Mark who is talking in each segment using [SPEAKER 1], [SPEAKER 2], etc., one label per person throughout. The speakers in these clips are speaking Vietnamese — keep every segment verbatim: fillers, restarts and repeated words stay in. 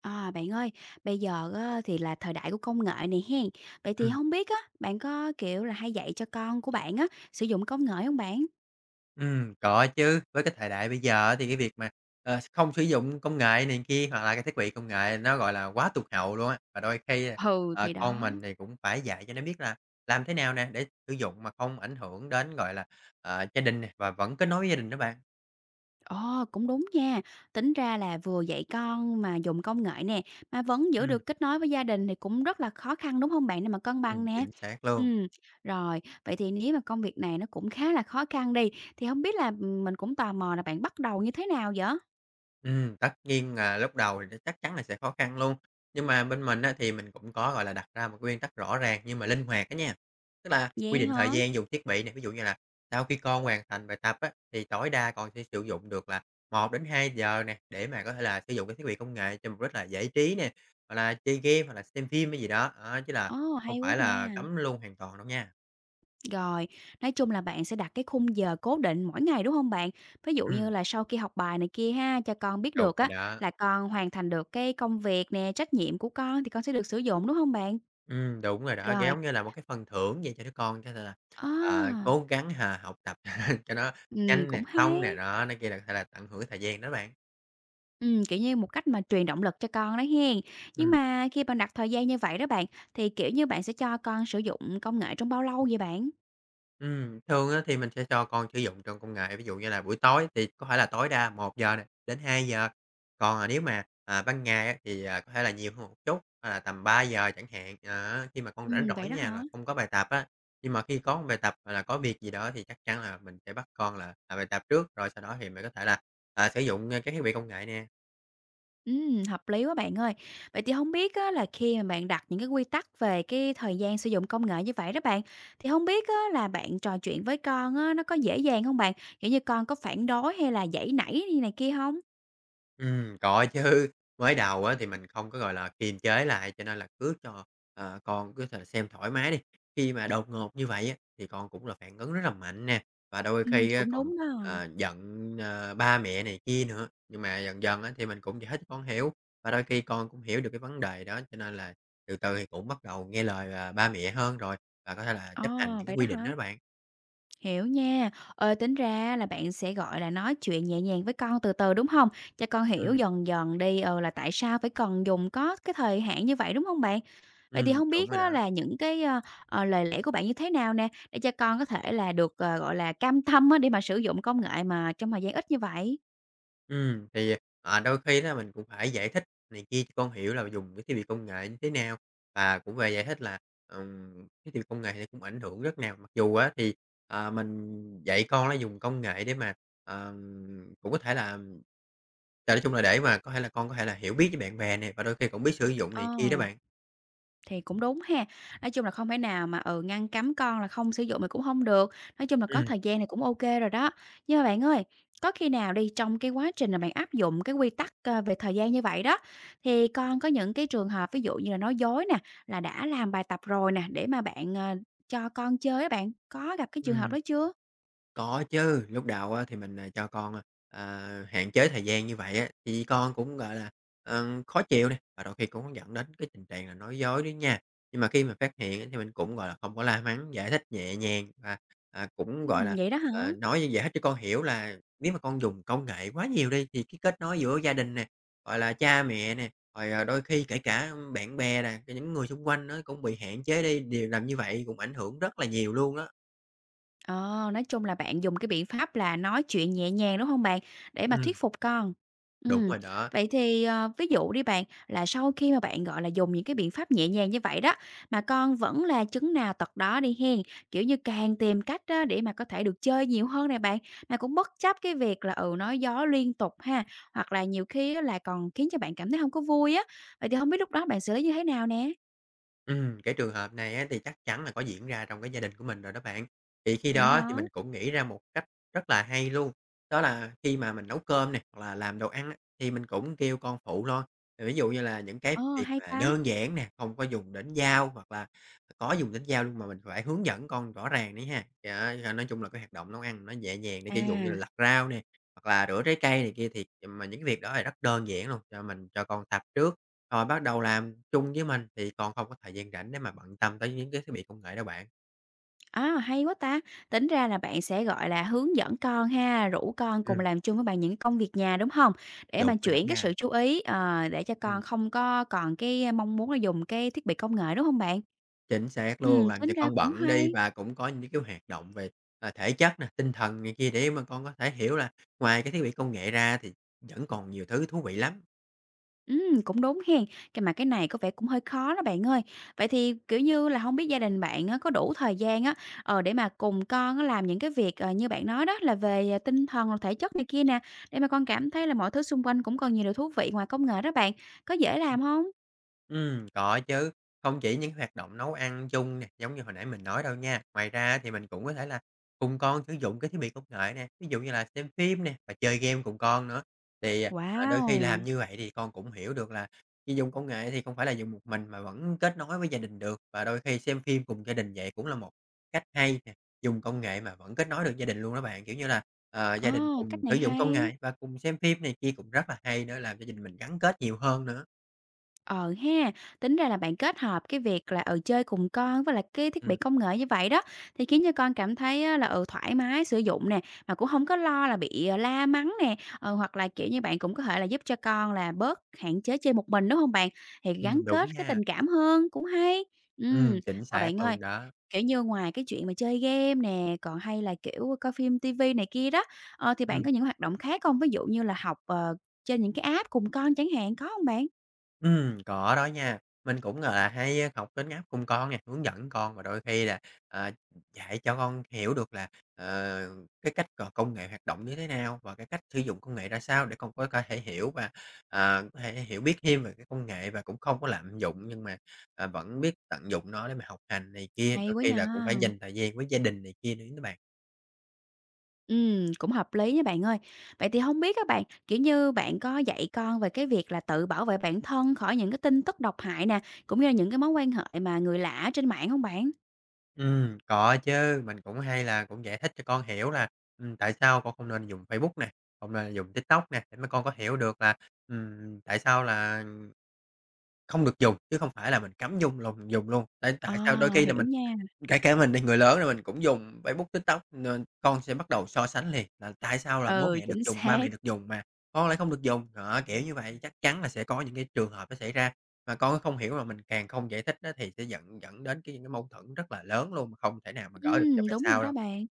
[SPEAKER 1] À, bạn ơi, bây giờ á, thì là thời đại của công nghệ này hen. Vậy thì
[SPEAKER 2] Ừm,
[SPEAKER 1] không biết á, bạn có, kiểu là, hay dạy cho con của bạn á, sử dụng công nghệ không bạn?
[SPEAKER 2] ừm, có chứ. Với cái thời đại bây giờ á thì cái việc mà, ờ, không sử dụng công nghệ này kia hoặc là cái thiết bị công nghệ nó, gọi là, quá tụt hậu luôn á. Và đôi khi, à,
[SPEAKER 1] Ừ,
[SPEAKER 2] ờ,
[SPEAKER 1] thì
[SPEAKER 2] con
[SPEAKER 1] đó.
[SPEAKER 2] mình thì cũng phải dạy cho nó biết là làm thế nào nè để sử dụng mà không ảnh hưởng đến, gọi là, ờ, gia đình nè và vẫn kết nối với gia đình đó bạn.
[SPEAKER 1] Ờ, cũng đúng nha. Tính ra là vừa dạy con mà dùng công nghệ nè, mà vẫn giữ
[SPEAKER 2] Ừm,
[SPEAKER 1] được kết nối với gia đình thì cũng rất là khó khăn, đúng không bạn? Để mà cân bằng
[SPEAKER 2] ừm,
[SPEAKER 1] nè.
[SPEAKER 2] Chính xác luôn.
[SPEAKER 1] Ừ rồi, vậy thì nếu mà công việc này nó cũng khá là khó khăn đi, thì không biết là, mình cũng tò mò là bạn bắt đầu như thế nào vậy?
[SPEAKER 2] Ừm, tất nhiên là lúc đầu thì nó chắc chắn là sẽ khó khăn luôn. Nhưng mà bên mình á, thì mình cũng có, gọi là, đặt ra một cái nguyên tắc rõ ràng nhưng mà linh hoạt á nha. Tức là quy
[SPEAKER 1] Vậy
[SPEAKER 2] định thời
[SPEAKER 1] hả?
[SPEAKER 2] gian dùng thiết bị này ví dụ như là sau khi con hoàn thành bài tập á, thì tối đa còn sẽ sử dụng được là một đến hai giờ nè, để mà có thể là sử dụng cái thiết bị công nghệ cho mục đích là giải trí nè, hoặc là chơi game hoặc là xem phim hay gì đó, đó, chứ là
[SPEAKER 1] Ồ,
[SPEAKER 2] không
[SPEAKER 1] hay quá
[SPEAKER 2] phải là
[SPEAKER 1] nha!
[SPEAKER 2] cấm luôn hoàn toàn đâu nha.
[SPEAKER 1] Rồi, nói chung là bạn sẽ đặt cái khung giờ cố định mỗi ngày, đúng không bạn? Ví dụ như
[SPEAKER 2] Ừm,
[SPEAKER 1] là sau khi học bài này kia ha, cho con biết
[SPEAKER 2] Đúng
[SPEAKER 1] được
[SPEAKER 2] rồi
[SPEAKER 1] á,
[SPEAKER 2] đó.
[SPEAKER 1] là con hoàn thành được cái công việc nè, trách nhiệm của con thì con sẽ được sử dụng, đúng không bạn?
[SPEAKER 2] Ừm, đúng rồi đó,
[SPEAKER 1] Rồi,
[SPEAKER 2] giống như là một cái phần thưởng vậy cho đứa con, cho nên là, ờ,
[SPEAKER 1] a,
[SPEAKER 2] cố gắng, hà, học tập cho nó
[SPEAKER 1] ừm,
[SPEAKER 2] nhanh
[SPEAKER 1] cũng
[SPEAKER 2] nè, xong nè,
[SPEAKER 1] hay,
[SPEAKER 2] đó, này kia là có thể là tận hưởng thời gian đó bạn.
[SPEAKER 1] ừm, kiểu như, một cách mà truyền động lực cho con đó hen. Nhưng
[SPEAKER 2] Ừm.
[SPEAKER 1] mà khi bạn đặt thời gian như vậy đó bạn, thì, kiểu như, bạn sẽ cho con sử dụng công nghệ trong bao lâu vậy bạn?
[SPEAKER 2] Ừm, thường á thì mình sẽ cho con sử dụng trong công nghệ, ví dụ như là buổi tối thì có thể là tối đa một giờ nè, đến hai giờ. Còn, à, nếu mà, à, ban ngày á thì, à, có thể là nhiều hơn một chút, à, là tầm ba giờ chẳng hạn. Đó, khi mà con rảnh
[SPEAKER 1] Ừm,
[SPEAKER 2] rỗi
[SPEAKER 1] vậy đó hả?
[SPEAKER 2] nha là không có bài tập á, nhưng mà khi có một bài tập hoặc là có việc gì đó thì chắc chắn là mình sẽ bắt con là làm bài tập trước, rồi sau đó thì mình có thể là, à, sử dụng, a, các thiết bị công nghệ nè.
[SPEAKER 1] Ừm, hợp lý quá bạn ơi. Vậy thì không biết á là khi mà bạn đặt những cái quy tắc về cái thời gian sử dụng công nghệ như vậy đó bạn, thì không biết á là bạn trò chuyện với con á nó có dễ dàng không bạn? Kiểu như, con có phản đối hay là giãy nảy như này kia không?
[SPEAKER 2] Ừm, có chứ. Mới đầu á thì mình không có, gọi là, kiềm chế lại, cho nên là cứ cho, ờ, con cứ thể xem thoải mái đi. Khi mà đột ngột như vậy á, thì con cũng là phản ứng rất là mạnh nè, và đôi
[SPEAKER 1] Ừm,
[SPEAKER 2] khi á
[SPEAKER 1] cũng
[SPEAKER 2] còn,
[SPEAKER 1] đúng đó.
[SPEAKER 2] ờ, giận, ờ, ba mẹ này kia nữa. Nhưng mà dần dần á thì mình cũng giải thích cho con hiểu, và đôi khi con cũng hiểu được cái vấn đề đó, cho nên là từ từ thì cũng bắt đầu nghe lời, à, ba mẹ hơn rồi, và có thể là
[SPEAKER 1] Ờ,
[SPEAKER 2] chấp hành những cái
[SPEAKER 1] vậy đó
[SPEAKER 2] quy định
[SPEAKER 1] hả?
[SPEAKER 2] đó bạn.
[SPEAKER 1] Hiểu nha. Ờ, tính ra là bạn sẽ, gọi là, nói chuyện nhẹ nhàng với con từ từ, đúng không? Cho con hiểu
[SPEAKER 2] Ừm,
[SPEAKER 1] dần dần đi, ừ, là tại sao phải cần dùng có cái thời hạn như vậy, đúng không bạn? Vậy thì
[SPEAKER 2] ừm,
[SPEAKER 1] không
[SPEAKER 2] Đúng
[SPEAKER 1] biết
[SPEAKER 2] rồi
[SPEAKER 1] á
[SPEAKER 2] đó.
[SPEAKER 1] là những cái, ơ, ờ, lời lẽ của bạn như thế nào nè, để cho con có thể là được, ờ, gọi là, cam tâm á để mà sử dụng công nghệ mà trong thời gian ít như vậy?
[SPEAKER 2] Ừ thì, à, đôi khi đó mình cũng phải giải thích này kia cho con hiểu là dùng cái thiết bị công nghệ như thế nào, và cũng về giải thích là, ừm, cái thiết bị công nghệ thì cũng ảnh hưởng rất nào. Mặc dù á thì, ờ, mình dạy con nó dùng công nghệ để mà, ờm, cũng có thể là nói chung là để mà có thể là con có thể là hiểu biết với bạn bè này và đôi khi cũng biết sử dụng
[SPEAKER 1] Ờ,
[SPEAKER 2] này kia đó bạn.
[SPEAKER 1] thì cũng đúng ha. Nói chung là không thể nào mà, ừ, ngăn cấm con là không sử dụng thì cũng không được, nói chung là có
[SPEAKER 2] Ừm,
[SPEAKER 1] thời gian thì cũng ok rồi đó. Nhưng mà bạn ơi, có khi nào đi, trong cái quá trình là bạn áp dụng cái quy tắc, ơ, về thời gian như vậy đó, thì con có những cái trường hợp ví dụ như là nói dối nè, là đã làm bài tập rồi nè, để mà bạn, ờ, cho con chơi á bạn, có gặp cái trường hợp
[SPEAKER 2] ừm.
[SPEAKER 1] đó chưa?
[SPEAKER 2] Có chứ, lúc đầu á thì mình, à, cho con, à, hạn chế thời gian như vậy á, thì con cũng, gọi là, ờ, khó chịu nè, và đôi khi cũng dẫn đến cái tình trạng là nói dối đấy nha. Nhưng mà khi mà phát hiện á thì mình cũng, gọi là, không có la mắng, giải thích nhẹ nhàng và, à, cũng, gọi
[SPEAKER 1] Ừm,
[SPEAKER 2] là,
[SPEAKER 1] vậy đó hả?
[SPEAKER 2] ờ, nói như giải thích cho con hiểu là nếu mà con dùng công nghệ quá nhiều đi thì cái kết nối giữa gia đình nè, gọi là, cha mẹ nè, rồi, à, đôi khi kể cả bạn bè nè, những người xung quanh nó cũng bị hạn chế đi, điều làm như vậy cũng ảnh hưởng rất là nhiều luôn đó.
[SPEAKER 1] Ờ, nói chung là bạn dùng cái biện pháp là nói chuyện nhẹ nhàng, đúng không bạn? Để mà
[SPEAKER 2] Ừm,
[SPEAKER 1] thuyết phục con.
[SPEAKER 2] Đúng
[SPEAKER 1] Ừm,
[SPEAKER 2] rồi đó.
[SPEAKER 1] vậy thì, ờ, ví dụ đi bạn, là sau khi mà bạn, gọi là, dùng những cái biện pháp nhẹ nhàng như vậy đó, mà con vẫn là chứng nào tật đó đi hen, kiểu như, càng tìm cách á để mà có thể được chơi nhiều hơn nè bạn, mà cũng bất chấp cái việc là, ừ, nói gió liên tục ha, hoặc là nhiều khi á là còn khiến cho bạn cảm thấy không có vui á, vậy thì không biết lúc đó bạn xử lý như thế nào nè?
[SPEAKER 2] Ừm, cái trường hợp này á thì chắc chắn là có diễn ra trong cái gia đình của mình rồi đó bạn. Thì khi
[SPEAKER 1] Vậy
[SPEAKER 2] đó thì
[SPEAKER 1] hả?
[SPEAKER 2] mình cũng nghĩ ra một cách rất là hay luôn, đó là khi mà mình nấu cơm này hoặc là làm đồ ăn á, thì mình cũng kêu con phụ lo. Thì ví dụ như là những cái
[SPEAKER 1] Ờ,
[SPEAKER 2] việc
[SPEAKER 1] hay
[SPEAKER 2] mà
[SPEAKER 1] ta!
[SPEAKER 2] đơn giản nè, không có dùng đến dao hoặc là có dùng đến dao nhưng mà mình phải hướng dẫn con rõ ràng đấy ha. Đó, cho nói chung là cái hoạt động nấu ăn nó nhẹ nhàng để ví dụ như là
[SPEAKER 1] À.
[SPEAKER 2] lặt rau nè, hoặc là rửa trái cây này kia thì mà những cái việc đó là rất đơn giản luôn, cho mình cho con tập trước. Rồi bắt đầu làm chung với mình thì còn không có thời gian rảnh để mà bận tâm tới những cái thiết bị công nghệ đâu bạn.
[SPEAKER 1] À, hay quá ta! Tính ra là bạn sẽ, gọi là, hướng dẫn con ha, rủ con cùng
[SPEAKER 2] Ừm,
[SPEAKER 1] làm chung với bạn những công việc nhà, đúng không? Để
[SPEAKER 2] Đúng
[SPEAKER 1] mà
[SPEAKER 2] rồi đó
[SPEAKER 1] chuyển cái
[SPEAKER 2] nha,
[SPEAKER 1] sự chú ý, ờ, để cho
[SPEAKER 2] ừm,
[SPEAKER 1] con không có còn cái mong muốn là dùng cái thiết bị công nghệ, đúng không bạn?
[SPEAKER 2] chính xác luôn,
[SPEAKER 1] Ừm,
[SPEAKER 2] làm
[SPEAKER 1] tính
[SPEAKER 2] cho
[SPEAKER 1] ra
[SPEAKER 2] con
[SPEAKER 1] cũng
[SPEAKER 2] bận đi
[SPEAKER 1] hay.
[SPEAKER 2] và cũng có những cái hoạt động về, à, thể chất nè, tinh thần này kia để mà con có thể hiểu là ngoài cái thiết bị công nghệ ra thì vẫn còn nhiều thứ thú vị lắm.
[SPEAKER 1] Ừm, cũng đúng hen, cái mà cái này có vẻ cũng hơi khó đó bạn ơi. Vậy thì, kiểu như là, không biết gia đình bạn á có đủ thời gian á, ờ, để mà cùng con á làm những cái việc, ờ, như bạn nói đó là về, à, tinh thần, rồi thể chất này kia nè, để mà con cảm thấy là mọi thứ xung quanh cũng còn nhiều điều thú vị ngoài công nghệ đó bạn, có dễ làm không?
[SPEAKER 2] Ừm, có chứ. Không chỉ những hoạt động nấu ăn chung nè, giống như hồi nãy mình nói đâu nha, ngoài ra thì mình cũng có thể là cùng con sử dụng cái thiết bị công nghệ nè, ví dụ như là xem phim nè và chơi game cùng con nữa. Thì, à, à, đôi khi làm
[SPEAKER 1] Wow!
[SPEAKER 2] như vậy thì con cũng hiểu được là khi dùng công nghệ thì không phải là dùng một mình mà vẫn kết nối với gia đình được, và đôi khi xem phim cùng gia đình vậy cũng là một cách hay nè, dùng công nghệ mà vẫn kết nối được gia đình luôn đó bạn. Kiểu như là, ờ,
[SPEAKER 1] Ờ,
[SPEAKER 2] gia đình cùng
[SPEAKER 1] cách
[SPEAKER 2] sử
[SPEAKER 1] này
[SPEAKER 2] dụng công
[SPEAKER 1] hay.
[SPEAKER 2] nghệ và cùng xem phim này kia cũng rất là hay nữa, làm cho gia đình mình gắn kết nhiều hơn nữa.
[SPEAKER 1] Ờ ha, tính ra là bạn kết hợp cái việc là, ở chơi cùng con với lại cái thiết
[SPEAKER 2] Ừm.
[SPEAKER 1] bị công nghệ như vậy đó, thì khiến cho con cảm thấy á là, ừ, thoải mái sử dụng nè, mà cũng không có lo là bị, ờ, la mắng nè, ừ, hoặc là, kiểu như, bạn cũng có thể là giúp cho con là bớt hạn chế chơi một mình, đúng không bạn? Thì gắn
[SPEAKER 2] Ừm, đúng
[SPEAKER 1] kết cái
[SPEAKER 2] nha.
[SPEAKER 1] tình cảm hơn, cũng hay.
[SPEAKER 2] Ừm,
[SPEAKER 1] Ừm,
[SPEAKER 2] chính
[SPEAKER 1] mà
[SPEAKER 2] xác
[SPEAKER 1] bạn ơi,
[SPEAKER 2] luôn đó.
[SPEAKER 1] kiểu như, ngoài cái chuyện mà chơi game nè, còn hay là, kiểu, coi phim tivi này kia đó, ờ, thì bạn
[SPEAKER 2] Ừm,
[SPEAKER 1] có những hoạt động khác không? Ví dụ như là học, ờ, trên những cái app cùng con chẳng hạn, có không bạn?
[SPEAKER 2] ừm, có đó nha. Mình cũng, gọi là, hay, ơ, học trên app cùng con nè, hướng dẫn con và đôi khi là, ờ, dạy cho con hiểu được là, ờ, cái cách c công nghệ hoạt động như thế nào và cái cách sử dụng công nghệ ra sao để con có có thể hiểu và, ờ, có thể hiểu biết thêm về cái công nghệ và cũng không có lạm dụng nhưng mà, à, vẫn biết tận dụng nó để mà học hành này kia.
[SPEAKER 1] Hay
[SPEAKER 2] Đôi
[SPEAKER 1] quá
[SPEAKER 2] khi
[SPEAKER 1] nha!
[SPEAKER 2] là cũng phải dành thời gian với gia đình này kia nữa đó bạn.
[SPEAKER 1] Ừ, cũng hợp lý nha bạn ơi. Vậy thì không biết các bạn, kiểu như, bạn có dạy con về cái việc là tự bảo vệ bản thân khỏi những cái tin tức độc hại nè, cũng như là những cái mối quan hệ mà người lạ trên mạng không bạn?
[SPEAKER 2] Ừm, có chứ, mình cũng hay là cũng giải thích cho con hiểu là, ừm, tại sao con không nên dùng Facebook nè, không nên dùng TikTok nè, để mấy con có hiểu được là, ừm, tại sao là không được dùng, chứ không phải là mình cấm dùng luôn dùng luôn. Tại tại sao đôi
[SPEAKER 1] À,
[SPEAKER 2] khi là
[SPEAKER 1] hiểu
[SPEAKER 2] mình.
[SPEAKER 1] nha.
[SPEAKER 2] Kể cả mình đi, người lớn rồi mình cũng dùng Facebook, TikTok nên con sẽ bắt đầu so sánh liền là tại sao là bố
[SPEAKER 1] Ừ,
[SPEAKER 2] mẹ được
[SPEAKER 1] chính
[SPEAKER 2] dùng, ba
[SPEAKER 1] xác.
[SPEAKER 2] mẹ được dùng mà con lại không được dùng. Đó, kiểu như vậy, chắc chắn là sẽ có những cái trường hợp nó xảy ra mà con không hiểu mà mình càng không giải thích á thì sẽ dẫn dẫn đến cái những cái mâu thuẫn rất là lớn luôn, mà không thể nào mà
[SPEAKER 1] Ừ
[SPEAKER 2] gỡ được cho bài
[SPEAKER 1] đúng rồi
[SPEAKER 2] sau đâu.
[SPEAKER 1] đó bạn.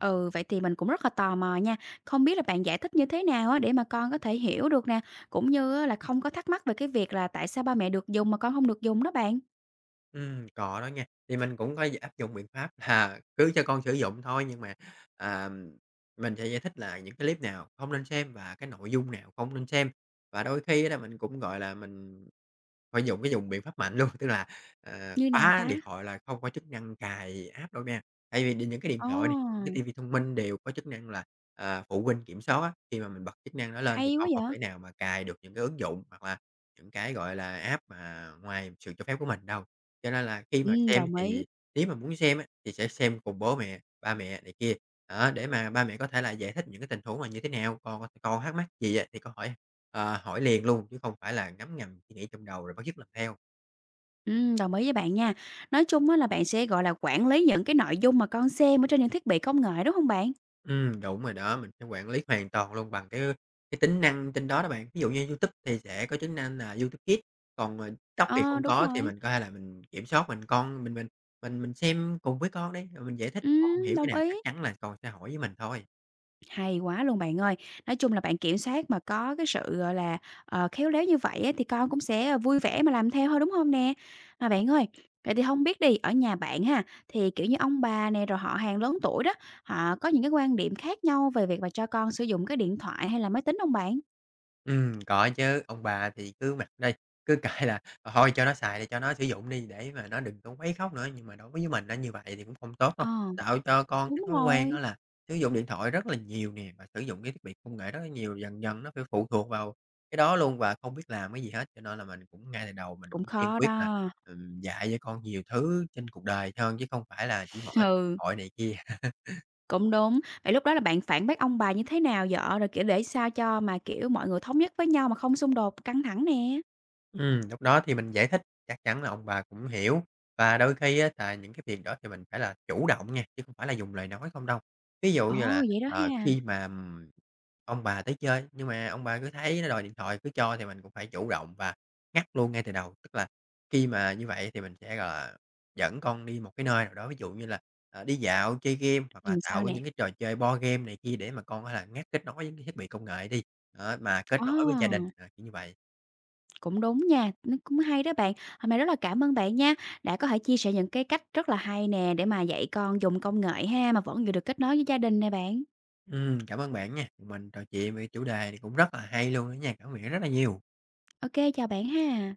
[SPEAKER 1] Ừ, vậy thì mình cũng rất là tò mò nha, không biết là bạn giải thích như thế nào á để mà con có thể hiểu được nè, cũng như á là không có thắc mắc về cái việc là tại sao ba mẹ được dùng mà con không được dùng đó bạn?
[SPEAKER 2] Ừm, có đó nha, thì mình cũng có áp dụng biện pháp là cứ cho con sử dụng thôi, nhưng mà, à, mình sẽ giải thích là những cái clip nào không nên xem và cái nội dung nào không nên xem. Và đôi khi đó mình cũng, gọi là, mình phải dùng cái dùng biện pháp mạnh luôn, tức là, ờ,
[SPEAKER 1] Như nào
[SPEAKER 2] khóa
[SPEAKER 1] ta?
[SPEAKER 2] điện thoại là không có chức năng cài app đâu nha. Tại vì đ những cái điện thoại này, những
[SPEAKER 1] Ồ,
[SPEAKER 2] cái ti thông minh đều có chức năng là, à, phụ huynh kiểm soát á, khi mà mình bật chức năng đó lên thì
[SPEAKER 1] hay quá
[SPEAKER 2] con không
[SPEAKER 1] vậy!
[SPEAKER 2] thể nào mà cài được những cái ứng dụng hoặc là những cái, gọi là, app mà ngoài sự cho phép của mình đâu. Cho nên là khi mà
[SPEAKER 1] Ừm,
[SPEAKER 2] xem
[SPEAKER 1] đồng ý,
[SPEAKER 2] thì nếu mà muốn xem á, thì sẽ xem cùng bố mẹ, ba mẹ này kia, đó, để mà ba mẹ có thể là giải thích những cái tình huống là như thế nào, còn còn thắc mắc gì á thì có hỏi, ờ, hỏi liền luôn, chứ không phải là ngấm ngầm suy nghĩ trong đầu rồi bắt chước làm theo.
[SPEAKER 1] ừm, đồng ý với bạn nha. Nói chung á là bạn sẽ, gọi là, quản lý những cái nội dung mà con xem ở trên những thiết bị công nghệ, đúng hông bạn?
[SPEAKER 2] Ừm, đúng rồi đó, mình sẽ quản lý hoàn toàn luôn bằng cái cái tính năng trên đó đó bạn. Ví dụ như YouTube thì sẽ có tính năng là YouTube Kids, còn, ờ, TikTok thì
[SPEAKER 1] Ờ,
[SPEAKER 2] không
[SPEAKER 1] đúng
[SPEAKER 2] có thì
[SPEAKER 1] rồi,
[SPEAKER 2] mình có thể là mình kiểm soát mình con mình mình mình mình xem cùng với con đi, rồi mình giải thích, con hông
[SPEAKER 1] ừm,
[SPEAKER 2] hiểu cái
[SPEAKER 1] đồng
[SPEAKER 2] nào
[SPEAKER 1] ý.
[SPEAKER 2] chắc chắn là con sẽ hỏi với mình thôi.
[SPEAKER 1] Hay quá luôn bạn ơi. Nói chung là bạn kiểm soát mà có cái sự, gọi là, ờ, khéo léo như vậy á thì con cũng sẽ ờ, vui vẻ mà làm theo thôi, đúng hông nè? Mà bạn ơi, vậy thì hông biết đi, ở nhà bạn ha, thì, kiểu như, ông bà nè, rồi họ hàng lớn tuổi đó, họ có những cái quan điểm khác nhau về việc mà cho con sử dụng cái điện thoại hay là máy tính hông bạn?
[SPEAKER 2] Ừm, có chứ, ông bà thì cứ mặc đi, cứ kệ là thôi cho nó xài đi, cho nó sử dụng đi để mà nó đừng có quấy khóc nữa. Nhưng mà đối với mình á, như vậy thì cũng không tốt đâu,
[SPEAKER 1] Ờ,
[SPEAKER 2] tạo cho con cái
[SPEAKER 1] đúng
[SPEAKER 2] thói quen đó
[SPEAKER 1] rồi.
[SPEAKER 2] là sử dụng điện thoại rất là nhiều nè, và sử dụng cái thiết bị công nghệ rất là nhiều, dần dần nó phải phụ thuộc vào cái đó luôn và không biết làm cái gì hết. Cho nên là mình cũng ngay từ đầu mình
[SPEAKER 1] Cũng
[SPEAKER 2] cũng kiên
[SPEAKER 1] khó
[SPEAKER 2] quyết là,
[SPEAKER 1] đó.
[SPEAKER 2] ừm, dạy cho con nhiều thứ trên cuộc đời hơn chứ không phải là chỉ mỗi điện
[SPEAKER 1] Ừ,
[SPEAKER 2] thoại này kia.
[SPEAKER 1] cũng đúng. Vậy lúc đó là bạn phản bác ông bà như thế nào vợ, rồi, kiểu, để sao cho mà, kiểu, mọi người thống nhất với nhau mà không xung đột, căng thẳng nè?
[SPEAKER 2] Ừm, lúc đó thì mình giải thích chắc chắn là ông bà cũng hiểu. Và đôi khi á là những cái việc đó thì mình phải là chủ động nha, chứ không phải là dùng lời nói không đâu. Ví dụ
[SPEAKER 1] Ồ,
[SPEAKER 2] như là,
[SPEAKER 1] vậy đó
[SPEAKER 2] ờ,
[SPEAKER 1] ha.
[SPEAKER 2] khi mà, ừm, ông bà tới chơi, nhưng mà ông bà cứ thấy nó đòi điện thoại cứ cho thì mình cũng phải chủ động và ngắt luôn ngay từ đầu. Tức là khi mà như vậy thì mình sẽ, gọi là, dẫn con đi một cái nơi nào đó, ví dụ như là, ờ, đi dạo, chơi game hoặc là
[SPEAKER 1] Ừm, sao
[SPEAKER 2] tạo
[SPEAKER 1] nè?
[SPEAKER 2] những cái trò chơi board game này kia để mà con có là ngắt kết nối với cái thiết bị công nghệ đi, đó, mà kết nối với gia đình,
[SPEAKER 1] Ồ,
[SPEAKER 2] ờ, kiểu như vậy.
[SPEAKER 1] cũng đúng nha, nó cũng hay đó bạn. Hôm nay rất là cảm ơn bạn nha, đã có thể chia sẻ những cái cách rất là hay nè để mà dạy con dùng công nghệ ha, mà vẫn giữ được kết nối với gia đình nè bạn.
[SPEAKER 2] Ừm, cảm ơn bạn nha. Mình trò chuyện về chủ đề thì cũng rất là hay luôn đó nha, cảm ơn bạn rất là nhiều.
[SPEAKER 1] Ok chào bạn ha.